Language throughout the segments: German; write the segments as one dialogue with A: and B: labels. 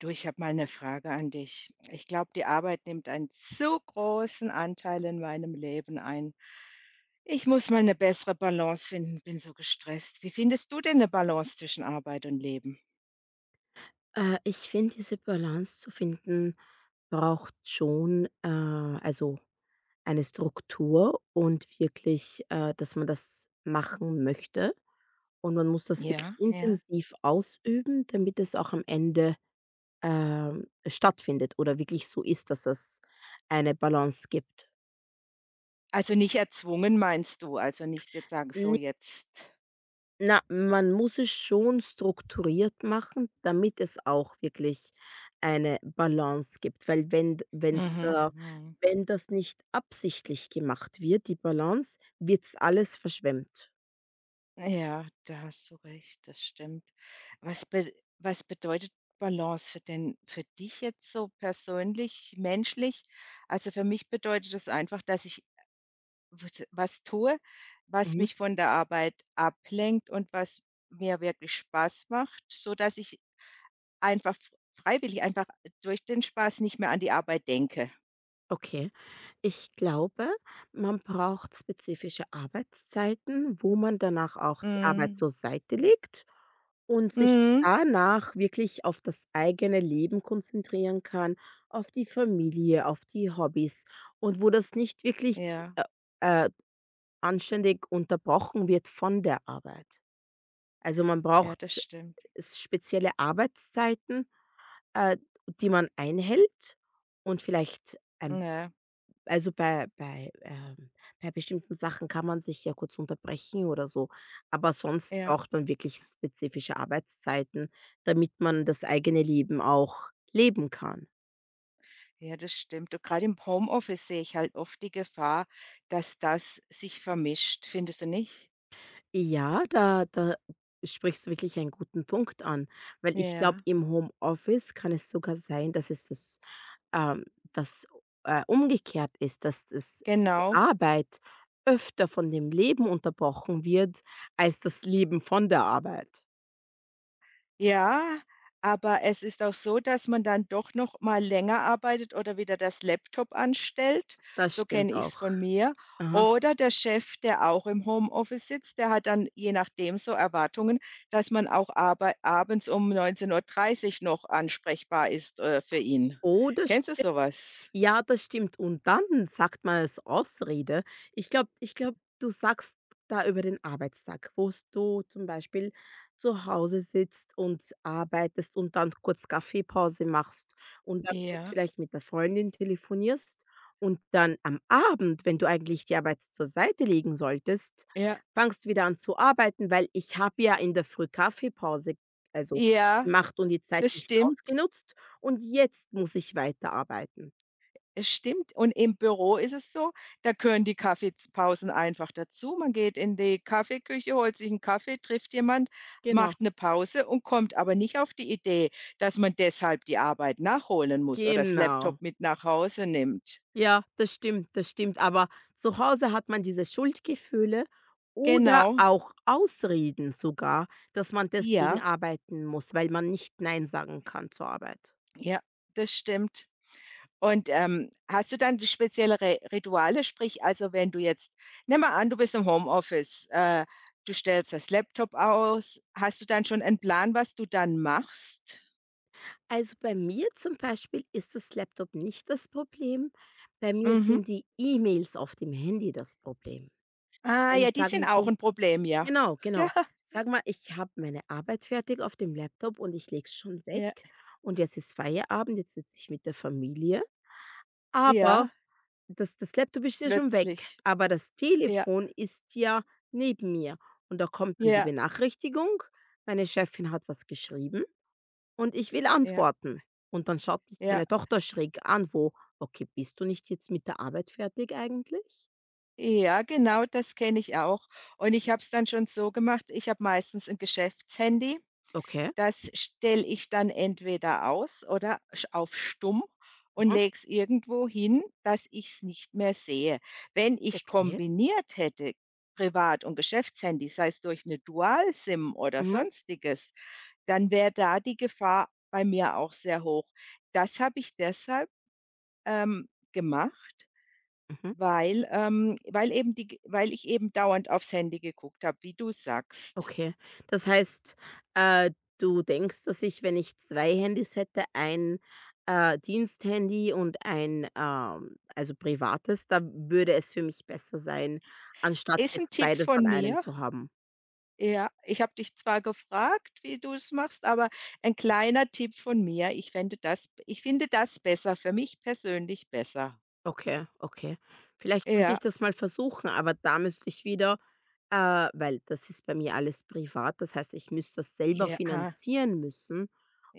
A: Du, ich habe mal eine Frage an dich. Ich glaube, die Arbeit nimmt einen zu großen Anteil in meinem Leben ein. Ich muss mal eine bessere Balance finden, bin so gestresst. Wie findest du denn eine Balance zwischen Arbeit und Leben?
B: Ich finde, diese Balance zu finden, braucht schon, also, eine Struktur und wirklich, dass man das machen möchte. Und man muss das wirklich
A: Ja, ja.
B: intensiv ausüben, damit es auch am Ende stattfindet oder wirklich so ist, dass es eine Balance gibt.
A: Also, nicht erzwungen meinst du? Also, nicht jetzt sagen: „So jetzt.“
B: Na, man muss es schon strukturiert machen, damit es auch wirklich eine Balance gibt, weil wenn d wenn's
A: Mhm,
B: da
A: mhm.
B: wenn das nicht absichtlich gemacht wird, die Balance, wird's alles verschwemmt.
A: Ja, da hast du recht, das stimmt. Was be Was bedeutet Balance für denn für dich jetzt so persönlich, menschlich? Also, für mich bedeutet das einfach, dass ich was tue, was
B: Mhm.
A: mich von der Arbeit ablenkt und was mir wirklich Spaß macht, so dass ich einfach f freiwillig einfach durch den Spaß nicht mehr an die Arbeit denke.
B: Okay. Ich glaube, man braucht spezifische Arbeitszeiten, wo man danach auch die Arbeit
A: Mhm.
B: zur Seite legt und sich
A: Mhm.
B: danach wirklich auf das eigene Leben konzentrieren kann, auf die Familie, auf die Hobbys und wo das nicht wirklich
A: Ja,
B: äh, äh, anständig unterbrochen wird von der Arbeit. Also man
A: ja,
B: braucht
A: das stimmt.
B: spezielle Arbeitszeiten, äh, die man einhält und vielleicht ein
A: Ja,
B: also, bei bestimmten Sachen kann man sich ja kurz unterbrechen oder so, aber sonst
A: ja.
B: braucht man wirklich spezifische Arbeitszeiten, damit man das eigene Leben auch leben kann.
A: Ja, das stimmt. Und gerade im Homeoffice sehe ich halt oft die Gefahr, dass das sich vermischt. Findest du nicht?
B: Ja, da sprichst du wirklich einen guten Punkt an, weil ich glaube,
A: Ja,
B: im Homeoffice kann es sogar sein, dass es ähm, das umgekehrt ist, dass das die
A: genau.
B: Arbeit öfter von dem Leben unterbrochen wird als das Leben von der Arbeit.
A: Ja, aber es ist auch so, dass man dann doch noch mal länger arbeitet oder wieder das Laptop anstellt.
B: Das
A: So kenne
B: stimmt
A: ich's
B: auch.
A: von mir.
B: Aha.
A: Oder der Chef, der auch im Homeoffice sitzt, der hat dann je nachdem so Erwartungen, dass man auch arbei abends um 19:30 noch ansprechbar ist, für ihn.
B: Oder st
A: Kennst du sowas?
B: Ja, das stimmt. Und dann sagt man als Ausrede ich glaube, du sagst da über den Arbeitstag, wo's du zum Beispiel zu Hause sitzt und arbeitest und dann kurz Kaffeepause machst und dann kurz
A: Ja,
B: vielleicht mit der Freundin telefonierst und dann am Abend, wenn du eigentlich die Arbeit zur Seite legen solltest,
A: ja.
B: fangst wieder an zu arbeiten, weil ich habe ja in der Früh Kaffeepause, also,
A: Ja,
B: gemacht und die Zeit
A: das
B: nicht
A: stimmt.
B: ausgenutzt und jetzt muss ich weiterarbeiten.
A: Es stimmt. Und im Büro ist es so, da gehören die Kaffeepausen einfach dazu. Man geht in die Kaffeeküche, holt sich 'n Kaffee, trifft jemand,
B: Genau,
A: macht 'ne Pause und kommt aber nicht auf die Idee, dass man deshalb die Arbeit nachholen muss oder das Laptop
B: genau.
A: mit nach Hause nimmt.
B: Ja, das stimmt, das stimmt. Aber zu Hause hat man diese Schuldgefühle oder
A: Genau.
B: auch Ausreden sogar, dass man deswegen
A: Ja,
B: arbeiten muss, weil man nicht nein sagen kann zur Arbeit.
A: ja, das stimmt. Und, hast du dann spezielle Re Rituale? Sprich, also, wenn du jetzt nimm mal an, du bist im Homeoffice, du stellst das Laptop aus. Hast du dann schon einen Plan, was du dann machst?
B: Also bei mir zum Beispiel ist das Laptop nicht das Problem. Bei mir
A: Mhm.
B: sind die E-Mails auf dem Handy das Problem.
A: Ah,
B: Also
A: ja, die
B: sagen
A: sind
B: wir
A: auch
B: so.
A: ein Problem, ja.
B: Genau, genau. Sag mal, ich habe meine Arbeit fertig auf dem Laptop und ich lege es schon weg
A: Ja,
B: und jetzt ist Feierabend, jetzt sitze ich mit der Familie,
A: ja, ja,
B: aber das Laptop ist ja schon weg,
A: plötzlich.
B: aber das
A: Ja,
B: Telefon ist ja neben mir und da kommt dann die
A: ja,
B: Benachrichtigung, meine Chefin hat was geschrieben und ich will
A: ja,
B: antworten und dann schaut mich
A: ja.
B: meine Tochter schräg an, wo: „Okay, bist du nicht jetzt mit der Arbeit fertig eigentlich?"
A: Ja, genau, das kenne ich auch. Und ich habe es dann schon so gemacht, ich habe meistens 'n Geschäftshandy.
B: Okay,
A: Das stelle ich dann entweder aus oder sch auf stumm und
B: mhm,
A: lege es irgendwo hin, dass ich's nicht mehr sehe. Wenn ich
B: okay,
A: kombiniert hätte, Privat und Geschäftshandy, sei es durch eine Dual-SIM oder
B: mhm,
A: Sonstiges, dann wäre da die Gefahr bei mir auch sehr hoch. Das habe ich deshalb, gemacht,
B: mhm.
A: weil ich eben dauernd aufs Handy geguckt habe, wie du sagst.
B: Okay. Das heißt, äh, du denkst, dass ich, wenn ich 2 Handys hätte, ein Diensthandy und ein also, privates, da würde es für mich besser sein, anstatt
A: Ist ein
B: jetzt
A: Tipp
B: beides
A: von
B: an einem
A: mir.
B: zu haben.
A: Ja, ich habe dich zwar gefragt, wie du es machst, aber ein kleiner Tipp von mir. Ich finde das besser, für mich persönlich besser.
B: Okay, okay. Vielleicht könnte
A: Ja,
B: ich das mal versuchen, aber da müsste ich wieder weil das ist bei mir alles privat, das heißt, ich müsste das selber
A: ja,
B: finanzieren müssen.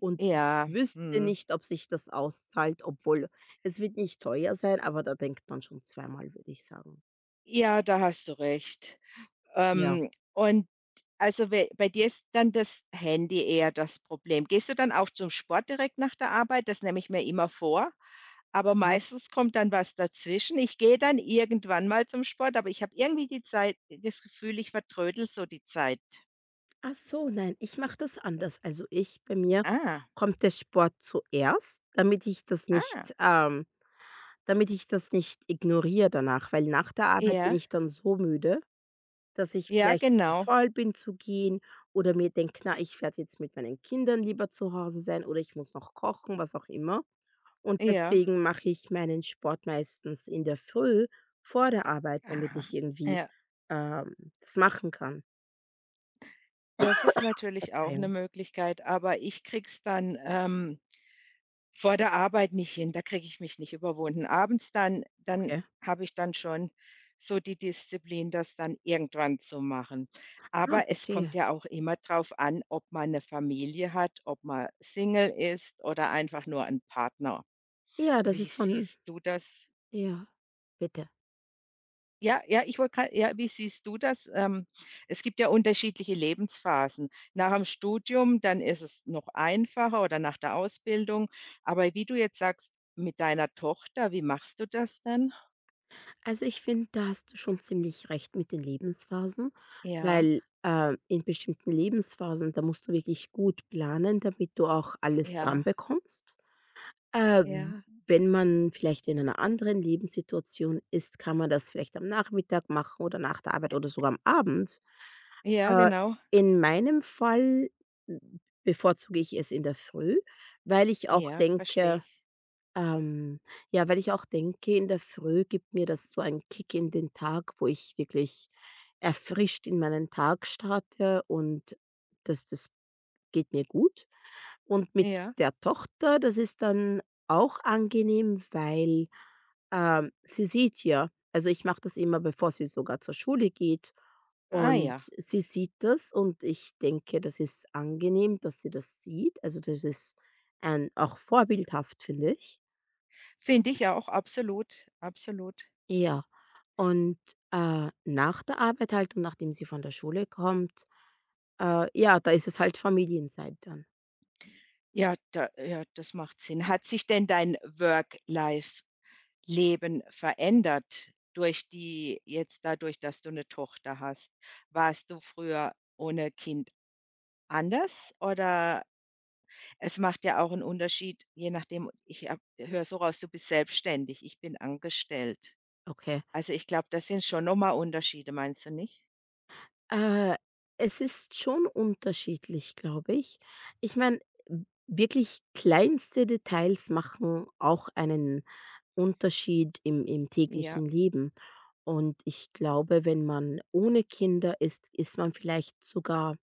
B: Und ich
A: ja,
B: wüsste
A: mhm.
B: nicht, ob sich das auszahlt, obwohl es wird nicht teuer sein, aber da denkt man schon zweimal, würde ich sagen.
A: Ja, da hast du recht.
B: Ja,
A: Und also bei dir ist dann das Handy eher das Problem. Gehst du dann auch zum Sport direkt nach der Arbeit? Das nehme ich mir immer vor, aber
B: mhm.
A: meistens kommt dann was dazwischen. Ich gehe dann irgendwann mal zum Sport, aber ich habe irgendwie die Zeit das Gefühl, ich vertrödel so die Zeit.
B: Ach so, nein, ich mache das anders. Also ich bei mir
A: Ah,
B: kommt der Sport zuerst,
A: ah,
B: damit ich das nicht ignoriere danach, weil nach der Arbeit bin
A: ja,
B: ich dann so müde, dass ich
A: ja,
B: vielleicht zu
A: genau,
B: faul bin zu gehen oder mir denke: „Na, ich werde jetzt mit meinen Kindern lieber zu Hause sein" oder ich muss noch kochen, was auch immer. Und
A: ja.
B: deswegen mache ich meinen Sport meistens in der Früh vor der Arbeit, damit
A: Aha,
B: ich irgendwie,
A: ja.
B: ähm, das machen kann.
A: Das ist natürlich auch eine
B: Verzeihung,
A: Möglichkeit, aber ich krieg's dann, vor der Arbeit nicht hin, da kriege ich mich nicht überwunden. Abends dann
B: okay.
A: habe ich dann schon so die Disziplin, das dann irgendwann zu machen.
B: Ah,
A: Aber es
B: verstehe.
A: kommt ja auch immer drauf an, ob man eine Familie hat, ob man Single ist oder einfach nur 'n Partner.
B: Ja,
A: Wie
B: das ist von.
A: siehst du das?
B: Ja, bitte.
A: Ja, ja, ich wollte grad ja, wie siehst du das? Es gibt ja unterschiedliche Lebensphasen. Nach dem Studium, dann ist es noch einfacher oder nach der Ausbildung. Aber wie du jetzt sagst, mit deiner Tochter, wie machst du das dann?
B: Also, ich finde, da hast du schon ziemlich recht mit den Lebensphasen,
A: Ja,
B: weil in bestimmten Lebensphasen, da musst du wirklich gut planen, damit du auch alles dran
A: ja,
B: bekommst. Äh,
A: ja,
B: Wenn man vielleicht in einer anderen Lebenssituation ist, kann man das vielleicht am Nachmittag machen oder nach der Arbeit oder sogar am Abend.
A: ja,
B: Äh,
A: genau.
B: in meinem Fall bevorzuge ich es in der Früh, weil ich auch
A: Ja, verstehe
B: denke
A: ich.
B: ähm, ja, weil ich auch denke, in der Früh gibt mir das so einen Kick in den Tag, wo ich wirklich erfrischt in meinen Tag starte und das geht mir gut. Und mit
A: Ja.
B: der Tochter, das ist dann auch angenehm, weil sie sieht ja also, ich mache das immer, bevor sie sogar zur Schule geht
A: Ah
B: und
A: ja,
B: sie sieht das und ich denke, das ist angenehm, dass sie das sieht. Also, das ist, ein auch vorbildhaft, finde ich.
A: finde ich auch, absolut, absolut.
B: Ja, und nach der Arbeit halt und nachdem sie von der Schule kommt, ja, da ist es halt Familienzeit dann.
A: Ja, da ja, das macht Sinn. Hat sich denn dein Work-Life Leben verändert durch die jetzt dadurch, dass du eine Tochter hast? Warst du früher ohne Kind anders, oder es macht ja auch einen Unterschied, je nachdem. Ich höre so raus, du bist selbstständig, ich bin angestellt.
B: Okay.
A: Also, ich glaube, das sind schon nochmal Unterschiede, meinst du nicht?
B: Äh, Es ist schon unterschiedlich, glaube ich. Ich meine, wirklich kleinste Details machen auch einen Unterschied im
A: Ja.
B: täglichen Leben. Und ich glaube, wenn man ohne Kinder ist, ist man vielleicht sogar,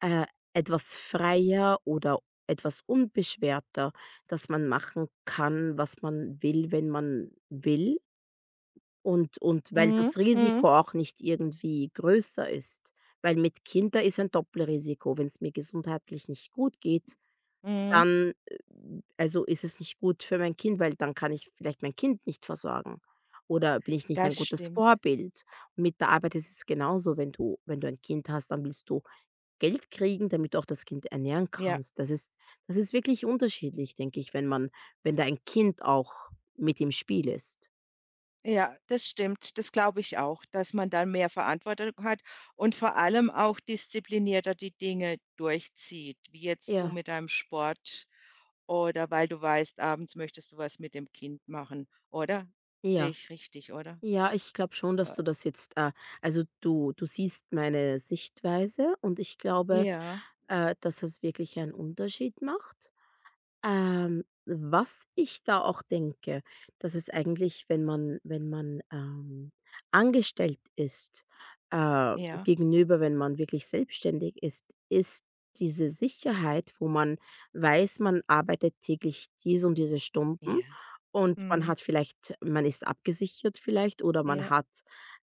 B: äh, etwas freier oder etwas unbeschwerter, dass man machen kann, was man will, wenn man will und weil
A: Mhm,
B: das
A: mhm,
B: Risiko auch nicht irgendwie größer ist. Weil mit Kinder ist ein Doppelrisiko. Wenn es mir gesundheitlich nicht gut geht
A: mhm.
B: dann also, ist es nicht gut für mein Kind, weil dann kann ich vielleicht mein Kind nicht versorgen oder bin ich nicht ein
A: Das
B: gutes
A: stimmt.
B: Vorbild. Mit der Arbeit ist es genauso, wenn du ein Kind hast, dann willst du Geld kriegen, damit du auch das Kind ernähren
A: Ja.
B: kannst. Das ist wirklich unterschiedlich, denke ich, wenn da ein Kind auch mit im Spiel ist.
A: Ja, das stimmt. Das glaube ich auch, dass man dann mehr Verantwortung hat und vor allem auch disziplinierter die Dinge durchzieht, wie jetzt du
B: Ja,
A: mit deinem Sport, oder weil du weißt, abends möchtest du was mit dem Kind machen, oder? Sehe
B: ja,
A: ich richtig, oder?
B: ja, ich glaube schon, dass
A: Äh,
B: du das jetzt also, du siehst meine Sichtweise und ich glaube,
A: ja,
B: dass das wirklich einen Unterschied macht. Was ich da auch denke, dass es eigentlich, wenn man angestellt ist, äh,
A: ja,
B: gegenüber, wenn man wirklich selbstständig ist, ist diese Sicherheit, wo man weiß, man arbeitet täglich diese und diese Stunden
A: ja.
B: und man
A: Mhm.
B: hat vielleicht man ist abgesichert vielleicht oder
A: Ja,
B: man hat,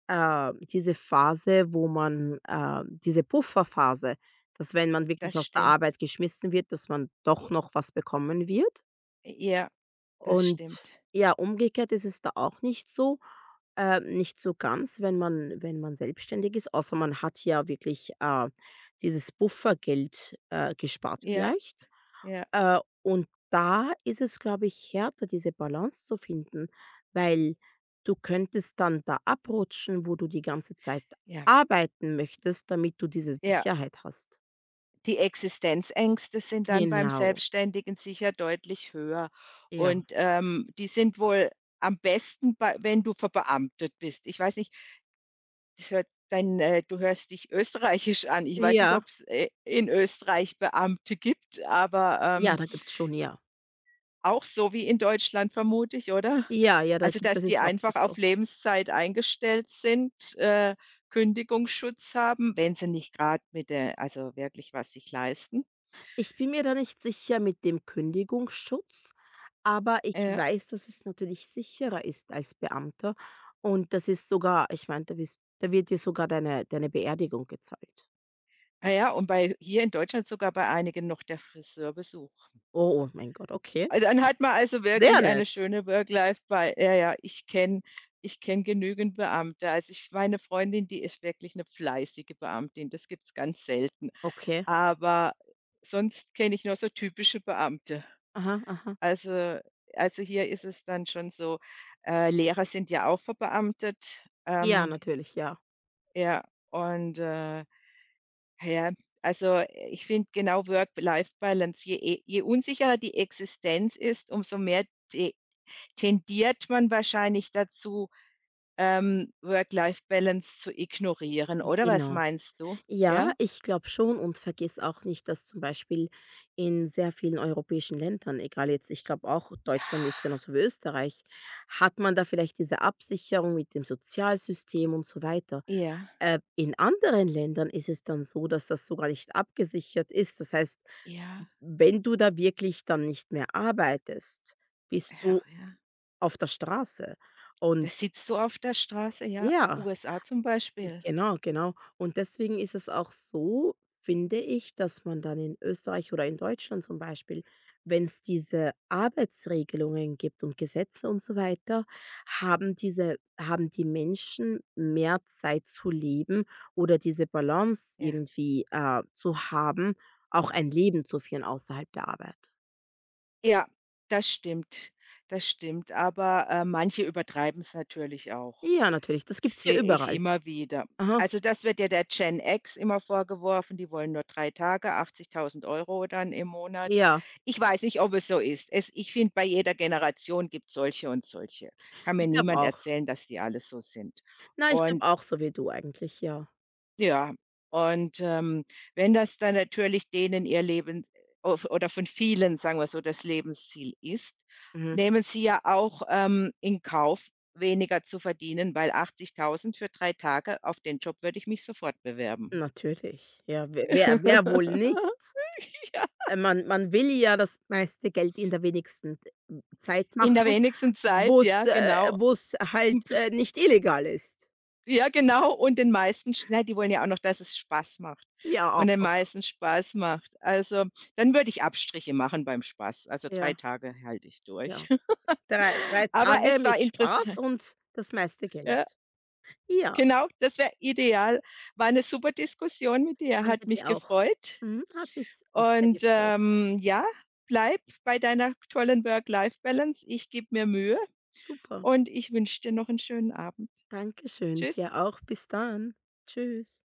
B: äh, diese Phase, wo man diese Pufferphase dass wenn man wirklich
A: das
B: aus der
A: stimmt.
B: Arbeit geschmissen wird, dass man
A: J
B: doch noch was bekommen wird.
A: Ja, das
B: Und
A: stimmt.
B: ja, umgekehrt ist es da auch nicht so nicht so ganz, wenn man selbstständig ist, außer man hat ja wirklich dieses Buffergeld gespart
A: Ja,
B: vielleicht.
A: ja,
B: Und da ist es, glaube ich, härter, diese Balance zu finden, weil du könntest dann da abrutschen, wo du die ganze Zeit
A: ja,
B: arbeiten möchtest, damit du diese
A: ja.
B: Sicherheit hast.
A: Die Existenzängste sind dann beim
B: Genau,
A: Selbstständigen sicher deutlich höher
B: ja.
A: und, die sind wohl am besten bei wenn du verbeamtet bist. Ich weiß nicht, das hört dein du hörst dich österreichisch an. Ich weiß nicht,
B: Ja.
A: ob's, in Österreich Beamte gibt, aber,
B: Ja, da gibt's schon, ja.
A: auch so wie in Deutschland vermute ich, oder?
B: Ja, ja, da
A: Also,
B: gibt
A: dass
B: das
A: die
B: ist auch
A: einfach
B: gut
A: auf
B: so.
A: Lebenszeit eingestellt sind, Kündigungsschutz haben, wenn sie nicht gerade mit der also, wirklich was sich leisten.
B: Ich bin mir da nicht sicher mit dem Kündigungsschutz, aber ich
A: Ja.
B: weiß, dass es natürlich sicherer ist als Beamter und das ist sogar ich meine, da wird dir sogar deine Beerdigung gezahlt.
A: Ah ja, und bei hier in Deutschland sogar bei einigen noch der Friseurbesuch.
B: Oh, oh mein Gott, okay.
A: Also dann hat man also
B: Sehr
A: wirklich eine
B: nett.
A: schöne Work-Life bei ja, ja, ich kenne genügend Beamte. Also, ich meine Freundin, die ist wirklich 'ne fleißige Beamtin, das gibt's ganz selten.
B: Okay.
A: Aber sonst kenne ich nur so typische Beamte.
B: Aha, aha.
A: Also also hier ist es dann schon so, Lehrer sind ja auch verbeamtet,
B: Ja, natürlich, ja.
A: ja, und, äh ja, also ich finde genau Work-Life-Balance, je unsicherer die Existenz ist, umso mehr te tendiert man wahrscheinlich dazu, Work-Life-Balance zu ignorieren, oder was
B: Genau.
A: meinst du?
B: Ja,
A: Ja?
B: ich glaube schon und vergiss auch nicht, dass zum Beispiel in sehr vielen europäischen Ländern, egal jetzt, ich glaube auch
A: Ja,
B: Deutschland ist genauso wie Österreich, hat man da vielleicht diese Absicherung mit dem Sozialsystem und so weiter.
A: ja,
B: In anderen Ländern ist es dann so, dass das sogar nicht abgesichert ist. Das heißt,
A: ja,
B: wenn du da wirklich dann nicht mehr arbeitest, bist
A: ja.
B: du
A: Ja.
B: auf der Straße. Und
A: Das sitzt du auf der Straße, ja,
B: ja.
A: USA zum Beispiel.
B: Genau, genau. Und deswegen ist es auch so, finde ich, dass man dann in Österreich oder in Deutschland zum Beispiel, wenn es diese Arbeitsregelungen gibt und Gesetze und so weiter, haben die Menschen mehr Zeit zu leben oder diese Balance
A: Ja.
B: irgendwie zu haben, auch ein Leben zu führen außerhalb der Arbeit.
A: Ja, das stimmt, das stimmt, aber, manche übertreiben es natürlich auch.
B: Ja, natürlich, das gibt's hier
A: Sehe ich
B: überall.
A: immer wieder.
B: Aha,
A: Also, das wird ja der Gen X immer vorgeworfen, die wollen nur 3 Tage, 80.000 Euro dann im Monat.
B: ja,
A: Ich weiß nicht, ob es so ist. Es Ich finde, bei jeder Generation gibt es solche und solche. Kann mir
B: ich glaube
A: niemand
B: auch.
A: erzählen, dass die alle so sind.
B: Na, ich
A: Und
B: glaube auch so wie du eigentlich, ja.
A: ja, und, wenn das dann natürlich denen ihr Leben of oder von vielen, sagen wir so, das Lebensziel ist,
B: Mhm.
A: nehmen sie ja auch, in Kauf, weniger zu verdienen, weil 80.000 für 3 Tage, auf den Job würde ich mich sofort bewerben.
B: Natürlich. Ja, we wer wer wohl nicht?
A: Ja,
B: Man will ja das meiste Geld in der wenigsten m Zeit
A: in der
B: machen,
A: wenigsten Zeit, ja, genau.
B: wo es
A: Und
B: halt nicht illegal ist.
A: ja, genau und den meisten die wollen ja auch noch, dass es Spaß macht
B: Ja,
A: und
B: auch
A: den
B: noch.
A: meisten Spaß macht. Also, dann würde ich Abstriche machen beim Spaß. Also, 3
B: Ja,
A: Tage halte ich durch.
B: ja. Drei 3
A: Aber
B: Tage
A: es war
B: mit Spaß
A: interessant.
B: und das meiste Geld.
A: Ja,
B: Ja,
A: genau, das wäre ideal. War eine super Diskussion mit dir, hat
B: danke
A: mich
B: dir auch.
A: gefreut
B: Mhm, hat mich auch sehr
A: und,
B: gefreut.
A: ja, bleib bei deiner tollen Work-Life-Balance. Ich gebe mir Mühe
B: Super.
A: und ich wünsche dir noch einen schönen Abend.
B: Dankeschön,
A: Tschüss.
B: dir auch. Bis dann. Tschüss.